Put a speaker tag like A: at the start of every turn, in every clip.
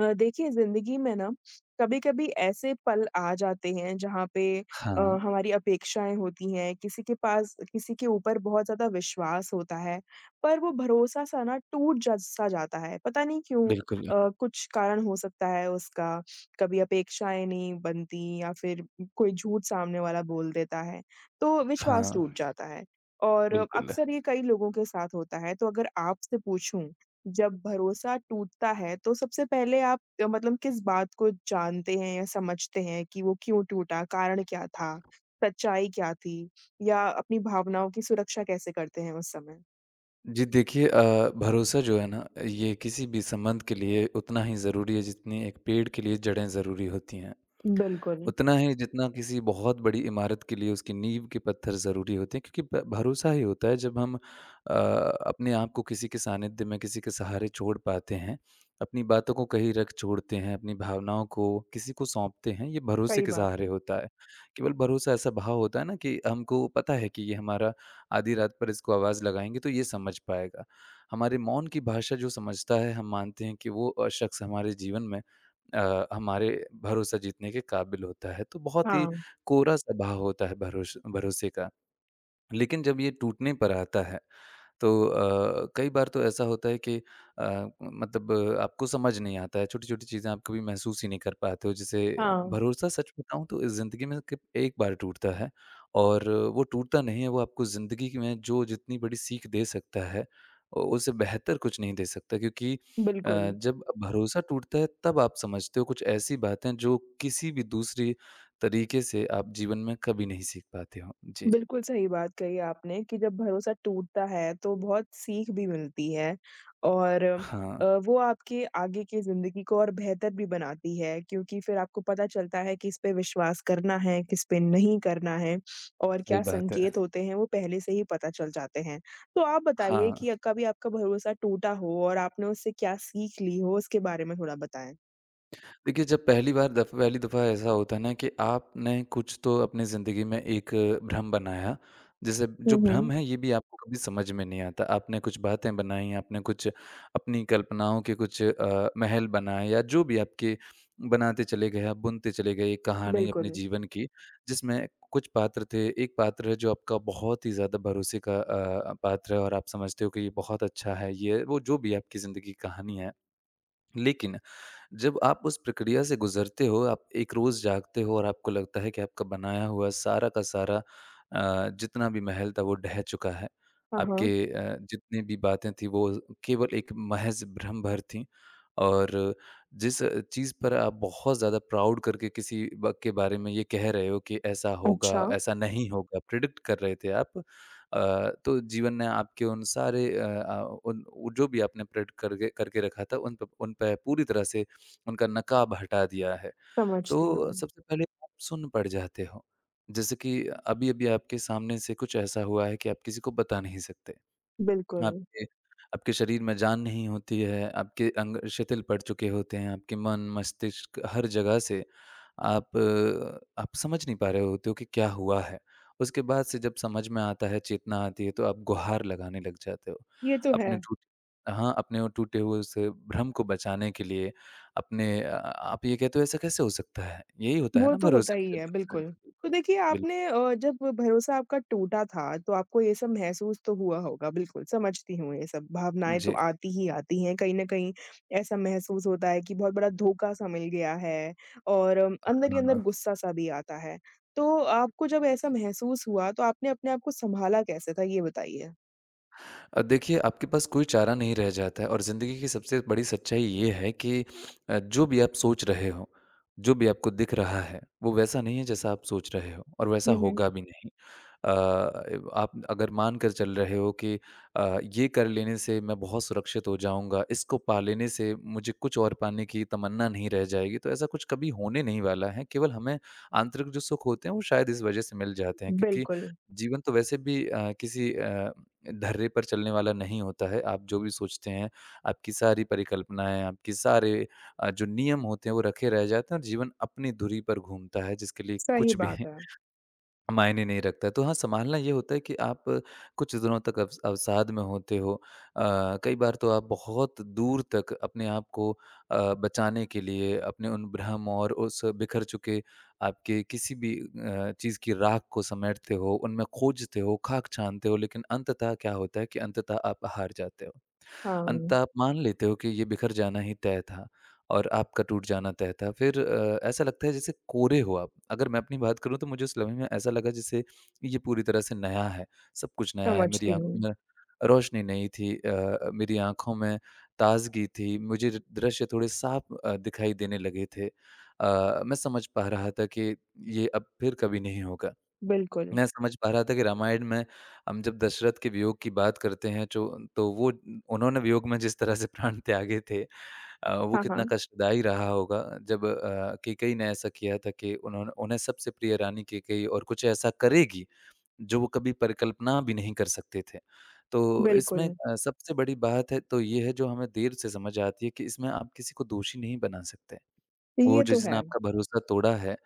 A: देखिए ज़िंदगी में ना कभी-कभी ऐसे पल आ जाते हैं जहाँ पे
B: हाँ,
A: हमारी अपेक्षाएँ होती हैं, किसी के पास किसी के ऊपर बहुत ज़्यादा विश्वास होता है, पर वो भरोसा-सा ना टूट ज सा जाता है, पता नहीं क्यों?
B: बिल्कुल।
A: कुछ कारण हो सकता है उसका, कभी अपेक्षाएँ नहीं बनती या फिर कोई झूठ सामने वाला बोल देता है, तो
B: हाँ,
A: विश्वास टूट जाता है और
B: बिल्कुल।
A: अक्सर ये कई लोगों के साथ होता है। तो अगर आपसे पूछूँ जब भरोसा टूटता है तो सबसे पहले आप मतलब किस बात को जानते हैं या समझते हैं कि वो क्यों टूटा? कारण क्या था? सच्चाई क्या थी? या अपनी भावनाओं की सुरक्षा कैसे करते हैं उस समय?
B: जी, देखिए भरोसा जो है ना, ये किसी भी संबंध के लिए उतना ही ज़रूरी है जितनी एक पेड़ के लिए जड़ें ज़रूरी होती हैं।
A: बिल्कुल,
B: उतना ही जितना किसी बहुत बड़ी इमारत के लिए उसकी नींव के पत्थर ज़रूरी होते हैं क्योंकि ब भरोसा ही होता है जब हम अपने आप को किसी के सानिध्य में, किसी के सहारे छोड़ पाते हैं, अपनी बातों को कहीं रख छोड़ते हैं, अपनी भावनाओं को किसी को सौंपते हैं, ये भरोसे
A: सही
B: के
A: बात
B: सहारे
A: है।
B: होता है। केवल भरोसा ऐसा भाव होता है ना कि हमको पता है कि ये हमारा आधी रात पर इसको आवाज़ लगाएँगे तो ये समझ पाएगा। हमारे मौन की भाषा जो समझता है हम मानते हैं कि वो शख्स हमारे जीवन में हमारे भरोसा जीतने के काबिल होता है। तो बहुत ही
A: हाँ,
B: कोरा स्वभाव होता है भरोसे का। लेकिन जब ये टूटने पर आता है तो कई बार तो ऐसा होता है कि मतलब आपको समझ नहीं आता है, छोटी-छोटी चीज़ें आप कभी महसूस ही नहीं कर पाते हो, जैसे
A: हाँ,
B: भरोसा सच बताऊँ तो इस ज़िंदगी में सिर्फ़ एक बार टूटता है और वो टूटता नहीं है, वो आपको ज़िंदगी की में जो जितनी बड़ी सीख दे सकता है, उ उससे बेहतर कुछ नहीं दे सकता क्योंकि
A: बिल्कुल।
B: जब भरोसा टूटता है तब आप समझते हो कुछ ऐसी बातें जो किसी भी दूसरी तरीके से आप जीवन में कभी नहीं सीख पाते हो। जी।
A: बिल्कुल सही बात कही आपने कि जब भरोसा टूटता है तो बहुत सीख भी मिलती है और
B: हाँ,
A: वो आपके आगे की ज़िंदगी को और बेहतर भी बनाती है क्योंकि फिर आपको पता चलता है किस पे विश्वास करना है, किस पे नहीं करना है और
B: सही
A: क्या
B: बात है।
A: संकेत होते हैं वो पहले से ही पता चल जाते हैं। तो आप बताइए
B: हाँ।
A: कि कभी आपका भरोसा टूटा हो और आपने उससे क्या सीख ली हो उसके बारे में थोड़ा बताएँ?
B: देखिए, जब पहली दफ़ा ऐसा होता है ना कि आपने कुछ तो अपनी ज़िंदगी में एक भ्रम बनाया, जैसे
A: हुँ,
B: जो भ्रम
A: हुँ।
B: है ये भी आपको कभी समझ में नहीं आता। आपने कुछ बातें बनाई, आपने कुछ अपनी कल्पनाओं के कुछ महल बनाए या जो भी आपके बनाते चले गए, आप बुनते चले गए एक कहानी अपने
A: बिल्कुल।
B: जीवन की, जिसमें कुछ पात्र थे, एक पात्र है जो आपका बहुत ही ज़्यादा भरोसे का पात्र है और आप समझते हो कि ये बहुत अच्छा है, ये वो जो भी आपकी ज़िंदगी की कहानी है। लेकिन जब आप उस प्रक्रिया से गुज़रते हो, आप एक रोज़ जागते हो और आपको लगता है कि आपका बनाया हुआ सारा का सारा जितना भी महल था वो ढह चुका है।
A: हाँ,
B: आपके
A: हाँ।
B: जितनी भी बातें थी वो केवल एक महज़ भ्रम भर थी और जिस चीज़ पर आप बहुत ज़्यादा प्राउड करके किसी ब के बारे में ये कह रहे हो कि ऐसा होगा,
A: अच्छा,
B: ऐसा नहीं होगा, प्रिडिक्ट कर रहे थे आप। तो जीवन ने आपके उन सारे अ अ, उन वो जो भी आपने प्रिडिक्ट करके करके रखा था उन पे पूरी तरह से उनका नकाब हटा दिया है।
A: समझती
B: तो
A: हूँ।
B: सबसे पहले आप सुन्न पड़ जाते हो। जैसे कि अभी-अभी आपके सामने से कुछ ऐसा हुआ है कि आप किसी को बता नहीं सकते।
A: बिल्कुल,
B: आपके आपके शरीर में जान नहीं होती है, आपके अंग शिथिल पड़ चुके होते हैं, आपके मन, मस्तिष्क हर जगह से आप समझ नहीं पा रहे होते हो कि क्या हुआ है। उसके बाद से जब समझ में आता है, चेतना आती है, तो आप गुहार लगाने लग जाते हो।
A: ये तो है।
B: अपने टूट हाँ, अपने वो टूटे हुए उस भ्रम को बचाने के लिए अपने आप ये कहते हो ऐसा कैसे हो सकता है? यही होता है
A: वो
B: ना
A: तो होता
B: भरोसे
A: ही
B: पे
A: है,
B: भरोसा। जी,
A: बिल्कुल। तो
B: बिल्कुल,
A: देखिए
B: बिल्कुल।
A: आपने जब भरोसा आपका टूटा था, तो आपको ये सब महसूस तो हुआ होगा, बिल्कुल समझती हूँ ये सब भावनाएँ तो
B: जी,
A: आती ही आती हैं। कहीं न कहीं ऐसा महसूस होता है कि बहुत बड़ा धोखा-सा मिल गया है और अंदर ही अंदर
B: हाँ।
A: गुस्सा-सा भी आता है। तो आपको जब ऐसा महसूस हुआ, तो आपने अपने आप को सँभाला कैसे था, ये बताइए?
B: देखिए आपके पास कोई चारा नहीं रह जाता है और ज़िंदगी की सबसे बड़ी सच्चाई ये है कि जो भी आप सोच रहे हो, जो भी आपको दिख रहा है, वो वैसा नहीं है जैसा आप सोच रहे हो और वैसा
A: हुँ, हुँ।
B: होगा भी नहीं। अ, आप अगर मान कर चल रहे हो कि ये कर लेने से मैं बहुत सुरक्षित हो जाऊँगा, इसको पा लेने से मुझे कुछ और पाने की तमन्ना नहीं रह जाएगी, तो ऐसा कुछ कभी होने नहीं वाला है। केवल हमें आंतरिक जो सुख होते हैं, वो शायद इस वजह से मिल जाते हैं क्योंकि
A: बिल्कुल,
B: जीवन तो वैसे भी किसी धर्रे पर चलने वाला नहीं होता है। आप जो भी सोचते हैं, आपकी सारी परिकल्पनाएँ, आपके सारे जो नियम होते हैं, वो रखे रह जाते हैं और जीवन अपनी धुरी पर घूमता है, जिसके लिए
A: सही
B: कुछ भी
A: बात है।
B: मायने नहीं रखता है। तो हाँ, सँभालना ये होता है कि आप कुछ दिनों तक अवसाद में होते हो। कई बार तो आप बहुत दूर तक अपने आप को बचाने के लिए अपने उन भ्रम और उस बिखर चुके आपके किसी भी चीज़ की राख को समेटते हो, उनमें खोजते हो, खाक छानते हो, लेकिन अंततः क्या होता है कि अंततः आप हार जाते हो। अंत
A: हाँ,
B: आप मान लेते हो कि ये बिखर जाना ही तय था और आपका टूट जाना तय था। फिर ऐसा लगता है जैसे कोरे हो आप। अगर मैं अपनी बात करूँ तो मुझे उस लम्हे में ऐसा लगा जैसे ये पूरी तरह से नया है, सब कुछ नया है। मेरी
A: समझती
B: आँखों
A: हूँ।
B: में रोशनी नहीं थी मेरी आँखों में ताज़गी थी, मुझे द दृश्य थोड़े साफ दिखाई देने लगे थे। मैं समझ पा रहा था कि ये अब फिर कभी नहीं होगा।
A: बिल्कुल।
B: मैं समझ पा रहा था कि रामायण में हम जब दशरथ के वियोग की बात करते हैं जो तो वो उन्होंने वियोग में जिस तरह से प्राण त्यागे थे वो
A: हाँ,
B: कितना
A: हाँ,
B: कष्टदायी रहा होगा जब कैकेयी ने ऐसा किया था कि उन्होंने उन्हें सबसे प्रिय रानी कैकेयी और कुछ ऐसा करेगी जो वो कभी परिकल्पना भी नहीं कर सकते थे। तो इसमें
A: बिल्कुल।
B: सबसे बड़ी बात है तो ये है जो हमें देर से समझ आती है कि इसमें आप किसी को दोषी नहीं बना सकते। वो
A: ये तो है।
B: जिसने आपका भरोसा तोड़ा है,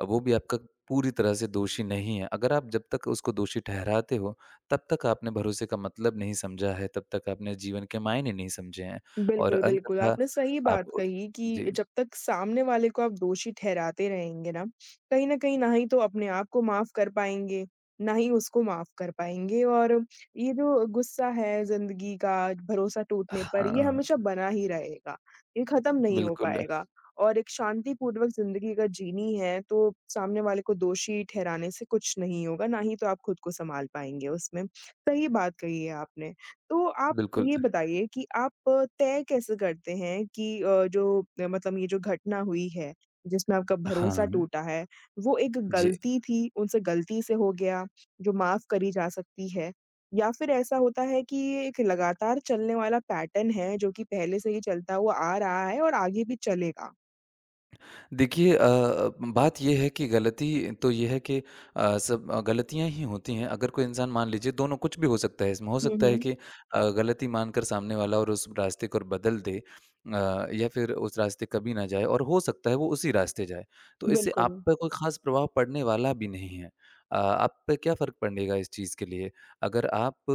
B: वो भी आपका पूरी तरह से दोषी नहीं है। अगर आप जब तक उसको दोषी ठहराते हो, तब तक आपने भरोसे का मतलब नहीं समझा है, तब तक आपने जीवन के मायने नहीं समझे हैं और
A: बिल्कुल, बिल्कुल,
B: अंततः
A: आपने सही बात
B: आप
A: कही कि
B: जी।
A: जब तक सामने वाले को आप दोषी ठहराते रहेंगे ना, कहीं न कहीं ना ही तो अपने आप को माफ़ कर पाएँगे, ना ही उसको माफ़ कर पाएँगे और ये जो गुस्सा है ज़िंदगी का, भरोसा टूटने पर, ये
B: हाँ,
A: हमेशा बना ही रहेगा, ये ख़त्म नहीं हो
B: बिल्कुल,
A: पाएगा और एक शांतिपूर्वक ज़िंदगी अगर जीनी है, तो सामने वाले को दोषी ठहराने से कुछ नहीं होगा, ना ही तो आप खुद को सँभाल पाएँगे उसमें। सही बात कही है आपने। तो आप
B: बिल्कुल।
A: ये बताइए कि आप तय कैसे करते हैं कि मतलब ये जो घटना हुई है, जिसमें आपका भरोसा
B: हाँ,
A: टूटा है, वो एक
B: जी।
A: गलती थी, उनसे गलती से हो गया, जो माफ़ करी जा सकती है? या फिर ऐसा होता है कि ये एक लगातार चलने वाला पैटर्न है, जो कि पहले से ही चलता हुआ आ रहा है और आगे भी चलेगा?
B: देखिए बात ये है कि गलती तो ये है कि सब गलतियाँ ही होती हैं। अगर कोई इंसान मान लीजिए दोनों कुछ भी हो सकता है इसमें, हो
A: हुँ,
B: सकता है
A: हुँ।
B: कि गलती मानकर सामने वाला और उस रास्ते को बदल दे या फिर उस रास्ते कभी ना जाए और हो सकता है वो उसी रास्ते जाए। तो इससे
A: बिल्कुल।
B: आप पे कोई ख़ास प्रभाव पड़ने वाला भी नहीं है। आप पे क्या फ़र्क पड़ेगा इस चीज़ के लिए? अगर आप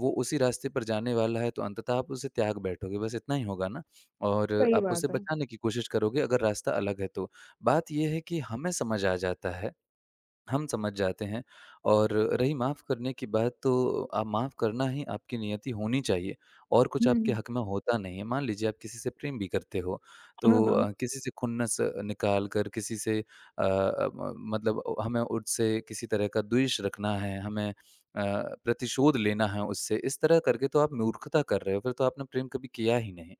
B: वो उसी रास्ते पर जाने वाला है तो अंततः आप उसे त्याग बैठोगे, बस इतना ही होगा ना? और
A: सही
B: आप उसे
A: बात है।
B: बचाने की कोशिश करोगे अगर रास्ता अलग है तो। बात ये है कि हमें समझ आ जाता है हम समझ जाते हैं और रही माफ़ करने की बात तो माफ़ करना ही आपकी नियति होनी चाहिए और कुछ आपके
A: हुँ,
B: हक़ में होता नहीं है। मान लीजिए आप किसी से प्रेम भी करते हो
A: हाँ,
B: तो
A: हाँ।
B: किसी से खुन्नस निकाल कर किसी से अ अ, म मतलब हमें उससे किसी तरह का द्वेष रखना है, हमें प्रतिशोध लेना है उससे, इस तरह करके तो आप मूर्खता कर रहे हो, फिर तो आपने प्रेम कभी किया ही नहीं।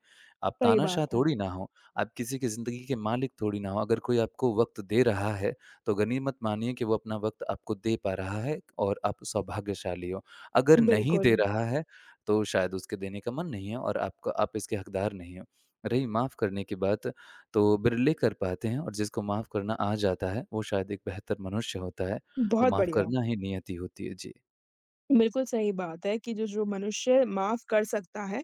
B: आप
A: सही
B: तानाशाह
A: बात है।
B: थोड़ी ना हो, आप किसी की ज़िंदगी के मालिक थोड़ी ना हो। अगर कोई आपको वक़्त दे रहा है तो गनीमत मानिए कि वो अपना वक़्त आपको दे पा रहा है और आप सौभाग्यशाली हो। अगर नहीं
A: बिल्कुल।
B: दे रहा है, तो शायद उसके देने का मन नहीं है और आपका आप इसके हकदार नहीं हो। रही माफ़ करने की बात, तो बिरले कर पाते हैं और जिसको माफ़ करना आ जाता है, वो शायद एक बेहतर मनुष्य होता है। वो
A: बहुत
B: माफ़
A: बढ़िया।
B: करना ही नियति होती है। जी।
A: बिल्कुल सही बात है कि जो जो मनुष्य माफ़ कर सकता है,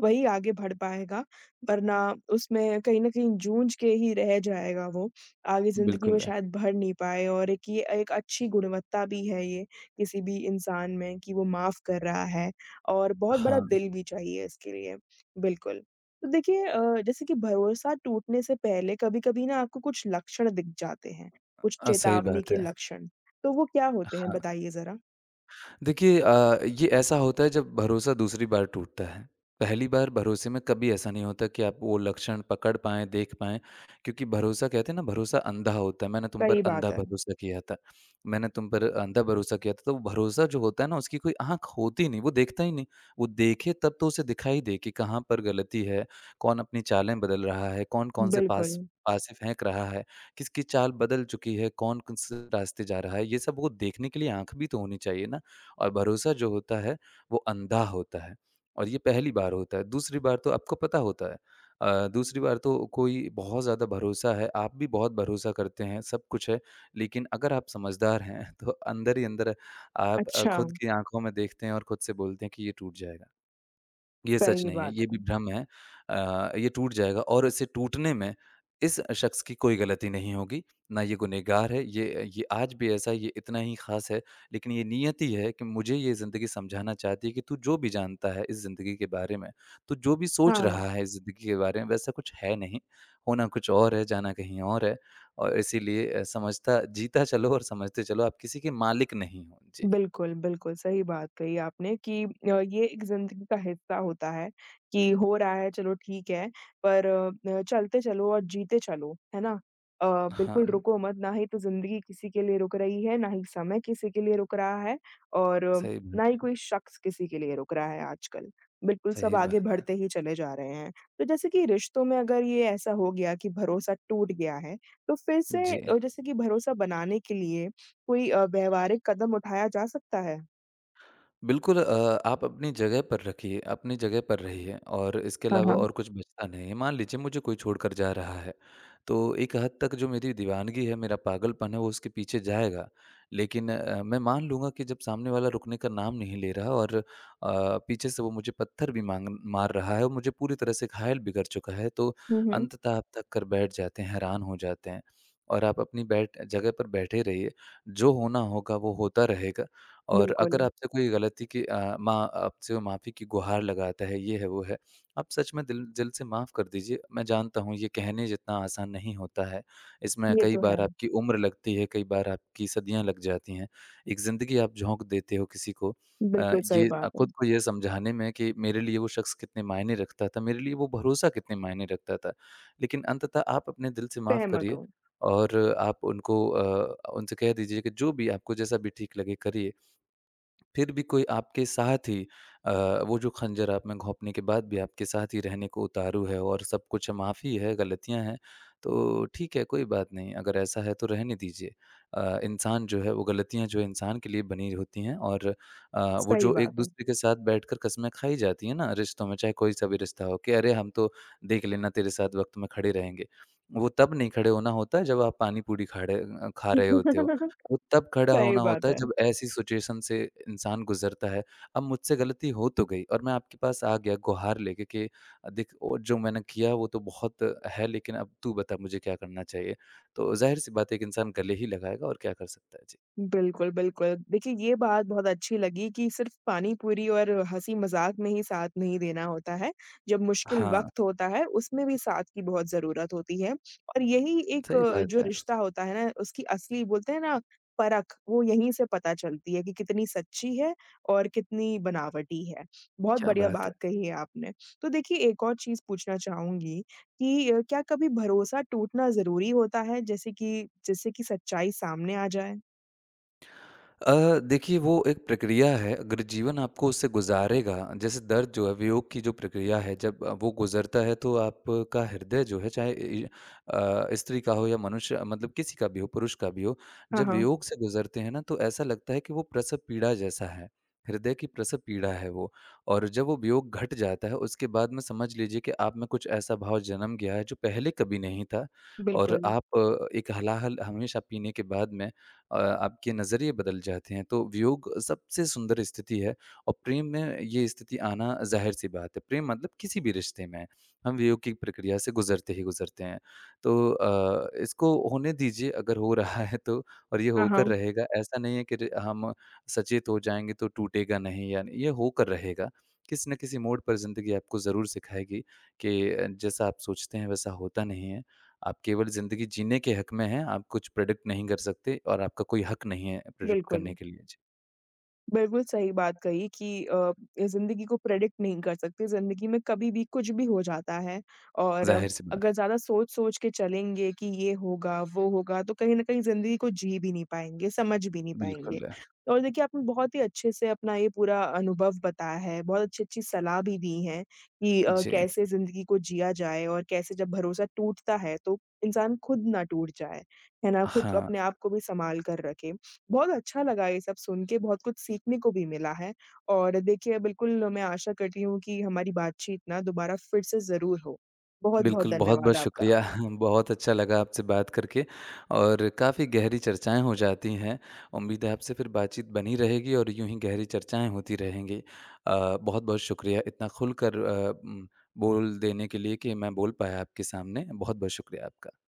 A: वही आगे बढ़ पाएगा, वरना उसमें कहीं न कहीं जूझ के ही रह जाएगा वो, आगे ज़िंदगी में
B: बिल्कुल।
A: शायद बढ़ नहीं पाए और एक ये एक अच्छी गुणवत्ता भी है ये, किसी भी इंसान में कि वो माफ़ कर रहा है और बहुत बड़ा
B: हाँ।
A: दिल भी चाहिए इसके लिए, बिल्कुल। तो देखिए जैसे कि भरोसा टूटने से पहले कभी-कभी ना आपको कुछ लक्षण दिख जाते हैं, कुछ
B: सही
A: चेतावनी
B: बात
A: के
B: है।
A: लक्षण, तो वो क्या होते हैं
B: हाँ।
A: बताइए ज़रा?
B: देखिए ये ऐसा होता है जब भरोसा दूसरी बार टूटता है। पहली बार भरोसे में कभी ऐसा नहीं होता कि आप वो लक्षण पकड़ पाएँ, देख पाएँ क्योंकि भरोसा कहते हैं ना भरोसा अंधा होता है। मैंने तुम पर
A: सही बात
B: अंधा
A: है।
B: भरोसा किया था, मैंने तुम पर अंधा भरोसा किया था। तो वो भरोसा जो होता है ना उसकी कोई आँख होती नहीं, वो देखता ही नहीं। वो देखे तब तो उसे दिखाई दे कि कहाँ पर गलती है, कौन अपनी चालें बदल रहा है, कौन कौन-से
A: बिल्कुल,
B: पासे फेंक रहा है, किसकी चाल बदल चुकी है, कौन किस रास्ते जा रहा है। ये सब वो देखने के लिए आँख भी तो होनी चाहिए ना। और भरोसा जो होता है वो अंधा होता है और ये पहली बार होता है दूसरी बार तो आपको पता होता है दूसरी बार तो कोई बहुत ज़्यादा भरोसा है आप भी बहुत भरोसा करते हैं सब कुछ है लेकिन अगर आप समझदार हैं तो अंदर ही अंदर आप
A: अच्छा,
B: खुद की आंखों में देखते हैं और खुद से बोलते हैं कि ये टूट जाएगा ये सच
A: सही
B: नहीं है,
A: बात
B: ये
A: है।
B: भी भ्रम है। ये टूट जाएगा और इसे टूटने में इस शख्स की कोई गलती नहीं होगी। ना ये गुनहगार है, ये आज भी ऐसा है, ये इतना ही ख़ास है। लेकिन ये नियति है कि मुझे ये ज़िंदगी समझाना चाहती है कि तू जो भी जानता है इस ज़िंदगी के बारे में, तू जो भी सोच
A: हाँ,
B: रहा है इस ज़िंदगी के बारे में वैसा कुछ है नहीं, होना कुछ और है, जाना कहीं और है और इसीलिए समझता जीता चलो और समझते चलो, आप किसी के मालिक नहीं हो। जी।
A: बिल्कुल, बिल्कुल, सही बात कही आपने कि ये एक ज़िंदगी का हिस्सा होता है कि हो रहा है चलो ठीक है, पर चलते चलो और जीते चलो, है ना? अ,
B: हाँ,
A: बिल्कुल रुको मत, ना ही तो ज़िंदगी किसी के लिए रुक रही है, ना ही समय किसी के लिए रुक रहा है और
B: सही
A: ना ही
B: बात
A: कोई शख्स किसी के लिए रुक रहा है आजकल। बिल्कुल, सब
B: सही
A: आगे
B: बात है।
A: बढ़ते ही चले जा रहे हैं। तो जैसे कि रिश्तों में अगर ये ऐसा हो गया कि भरोसा टूट गया है, तो फिर से
B: जी।
A: जैसे कि भरोसा बनाने के लिए कोई व्यावहारिक कदम उठाया जा सकता है।
B: बिल्कुल आप अपनी जगह पर रखिए, अपनी जगह पर रहिए और इसके
A: हाँ,
B: अलावा
A: हाँ।
B: और कुछ बचता नहीं है। मान लीजिए मुझे कोई छोड़कर जा रहा है, तो एक हद तक जो मेरी दीवानगी है, मेरा पागलपन है, वो उसके पीछे जाएगा। लेकिन मैं मान लूँगा कि जब सामने वाला रुकने का नाम नहीं ले रहा और पीछे से वो मुझे पत्थर भी माँग मार रहा है और मुझे पूरी तरह से घायल भी कर चुका है, तो
A: हुँ, हुँ।
B: अंततः आप थक कर बैठ जाते हैं, हैरान हो जाते हैं। और आप अपनी बैठ जगह पर बैठे रहिए, जो होना होगा वो होता रहेगा और
A: बिल्कुल,
B: अगर आपसे कोई गलती की अ, माँ आपसे वो माफ़ी की गुहार लगाता है, ये है, वो है, आप सच में दिल दिल से माफ़ कर दीजिए। मैं जानता हूँ ये कहने जितना आसान नहीं होता है। इसमें
A: ये
B: कई
A: तो है।
B: बार आपकी उम्र लगती है, कई बार आपकी सदियाँ लग जाती हैं। एक ज़िंदगी आप झोंक देते हो किसी को।
A: बिल्कुल सही बात है।
B: खुद को ये समझाने में कि मेरे लिए वो शख़्स कितने मायने रखता था, मेरे लिए वो भरोसा कितने मायने रखता था। लेकिन अंततः आप अपने दिल से माफ़
A: सहमत
B: करिए
A: हूँ,
B: और आप उनसे कह दीजिए कि जो भी आपको जैसा भी ठीक लगे करिए। फिर भी कोई आपके साथ ही अ, वो जो खंजर आप में घोंपने के बाद भी आपके साथ ही रहने को उतारू है और सब कुछ माफ़ी है, गलतियाँ हैं, तो ठीक है, कोई बात नहीं, अगर ऐसा है तो रहने दीजिए। इंसान जो है वो गलतियाँ जो है इंसान के लिए बनी होती हैं और वो
A: सही
B: जो
A: बात है।
B: एक-दूसरे के साथ बैठकर कस्में खाई जाती हैं ना रिश्तों में, चाहे कोई सा भी रिश्ता हो कि अरे! हम तो देख लेना तेरे साथ वक़्त में खड़े रहेंगे। वो तब नहीं खड़े होना होता है जब आप पानी-पूरी खा रहे होते हो।
A: सही
B: वो तब खड़ा होना होता
A: बात
B: है
A: है।
B: जब ऐसी सिचुएशन से इंसान गुज़रता है। अब मुझसे गलती हो तो गई और मैं आपके पास आ गया गुहार लेके कि देख वो जो मैंने किया वो तो बहुत है लेकिन अब तू बता मुझे क्या करना चाहिए? तो ज़ाहिर-सी बात है एक इंसान गले ही लगाएगा और क्या कर सकता है? जी।
A: बिल्कुल, बिल्कुल। देखिए, ये बात बहुत अच्छी लगी कि सिर्फ़ पानी-पूरी और हँसी-मज़ाक में ही साथ नहीं देना होता है। जब मुश्किल
B: हाँ,
A: वक़्त होता है, उसमें भी साथ की बहुत ज़रूरत होती है और यही एक
B: सही बात
A: जो
B: है।
A: रिश्ता होता है ना, उसकी असली बोलते हैं ना परख, वो यहीं से पता चलती है कि कितनी सच्ची है और कितनी बनावटी है। बहुत
B: क्या
A: बढ़िया
B: बात है!
A: बात कही है आपने। तो देखिए, एक और चीज़ पूछना चाहूँगी कि क्या कभी भरोसा टूटना ज़रूरी होता है, जैसे कि जिससे कि सच्चाई सामने आ जाए?
B: देखिए वो एक प्रक्रिया है, अगर जीवन आपको उससे गुज़ारेगा जैसे दर्द जो है वियोग की जो प्रक्रिया है जब वो गुज़रता है तो आपका हृदय जो है चाहे स्त्री का हो या मनुष्य मतलब किसी का भी हो, पुरुष का भी हो,
A: हाँ,
B: जब
A: हाँ,
B: वियोग से गुज़रते हैं ना तो ऐसा लगता है कि वो प्रसव पीड़ा जैसा है, हृदय की प्रसव पीड़ा है वो। और जब वो वियोग घट जाता है उसके बाद में समझ लीजिए कि आप में कुछ ऐसा भाव जन्म गया है जो पहले कभी नहीं था और
A: बिल्कुल।
B: आप एक हलाहल हमेशा पीने के बाद में आपके नज़रिए बदल जाते हैं। तो वियोग सबसे सुंदर स्थिति है और प्रेम में ये स्थिति आना ज़ाहिर-सी बात है। प्रेम मतलब किसी भी रिश्ते में, हम वियोग की प्रक्रिया से गुज़रते ही गुज़रते हैं। तो इसको होने दीजिए अगर हो रहा है तो और ये
A: हाँ,
B: होकर
A: हाँ,
B: रहेगा। ऐसा नहीं है कि र हम सचेत हो जाएँगे तो टूटेगा नहीं या ये होकर रहेगा। किसी न किसी मोड़ पर ज़िंदगी आपको ज़रूर सिखाएगी कि जैसा आप सोचते हैं वैसा होता नहीं है। आप केवल ज़िंदगी जीने के हक में हैं, आप कुछ प्रेडिक्ट नहीं कर सकते और आपका कोई हक नहीं है प्रेडिक्ट
A: बिल्कुल।
B: करने के लिए। जी,
A: बिल्कुल सही बात कही कि ज़िंदगी को प्रेडिक्ट नहीं कर सकते, ज़िंदगी में कभी भी कुछ भी हो जाता है और
B: ज़ाहिर-सी
A: अगर
B: बात
A: ज़्यादा सोच-सोच के चलेंगे कि ये होगा, वो होगा, तो कहीं न कहीं ज़िंदगी को जी भी नहीं पाएँगे, समझ भी नहीं
B: है।
A: पाएँगे।
B: बिल्कुल,
A: और देखिए, आपने बहुत ही अच्छे से अपना ये पूरा अनुभव बताया है, बहुत अच्छी-अच्छी सलाह भी दी है कि
B: जी।
A: कैसे ज़िंदगी को जिया जाए और कैसे जब भरोसा टूटता है, तो इंसान खुद ना टूट जाए, है ना? खुद को-
B: हाँ,
A: अपने आप को भी सँभाल कर रखे। बहुत अच्छा लगा ये सब सुन के, बहुत कुछ सीखने को भी मिला है और देखिए बिल्कुल मैं आशा करती हूँ कि हमारी बातचीत ना दोबारा फिर से ज़रूर हो। बहुत-बहुत
B: बिल्कुल
A: धन्यवाद
B: बहुत-बहुत
A: आपका।
B: शुक्रिया। बहुत अच्छा लगा आपसे बात करके और काफ़ी गहरी चर्चाएँ हो जाती हैं। उम्मीद है आपसे फिर बातचीत बनी रहेगी और यूँ ही गहरी चर्चाएँ होती रहेंगी। बहुत-बहुत शुक्रिया इतना खुलकर बोल देने के लिए कि मैं बोल पाया आपके सामने। बहुत-बहुत शुक्रिया आपका।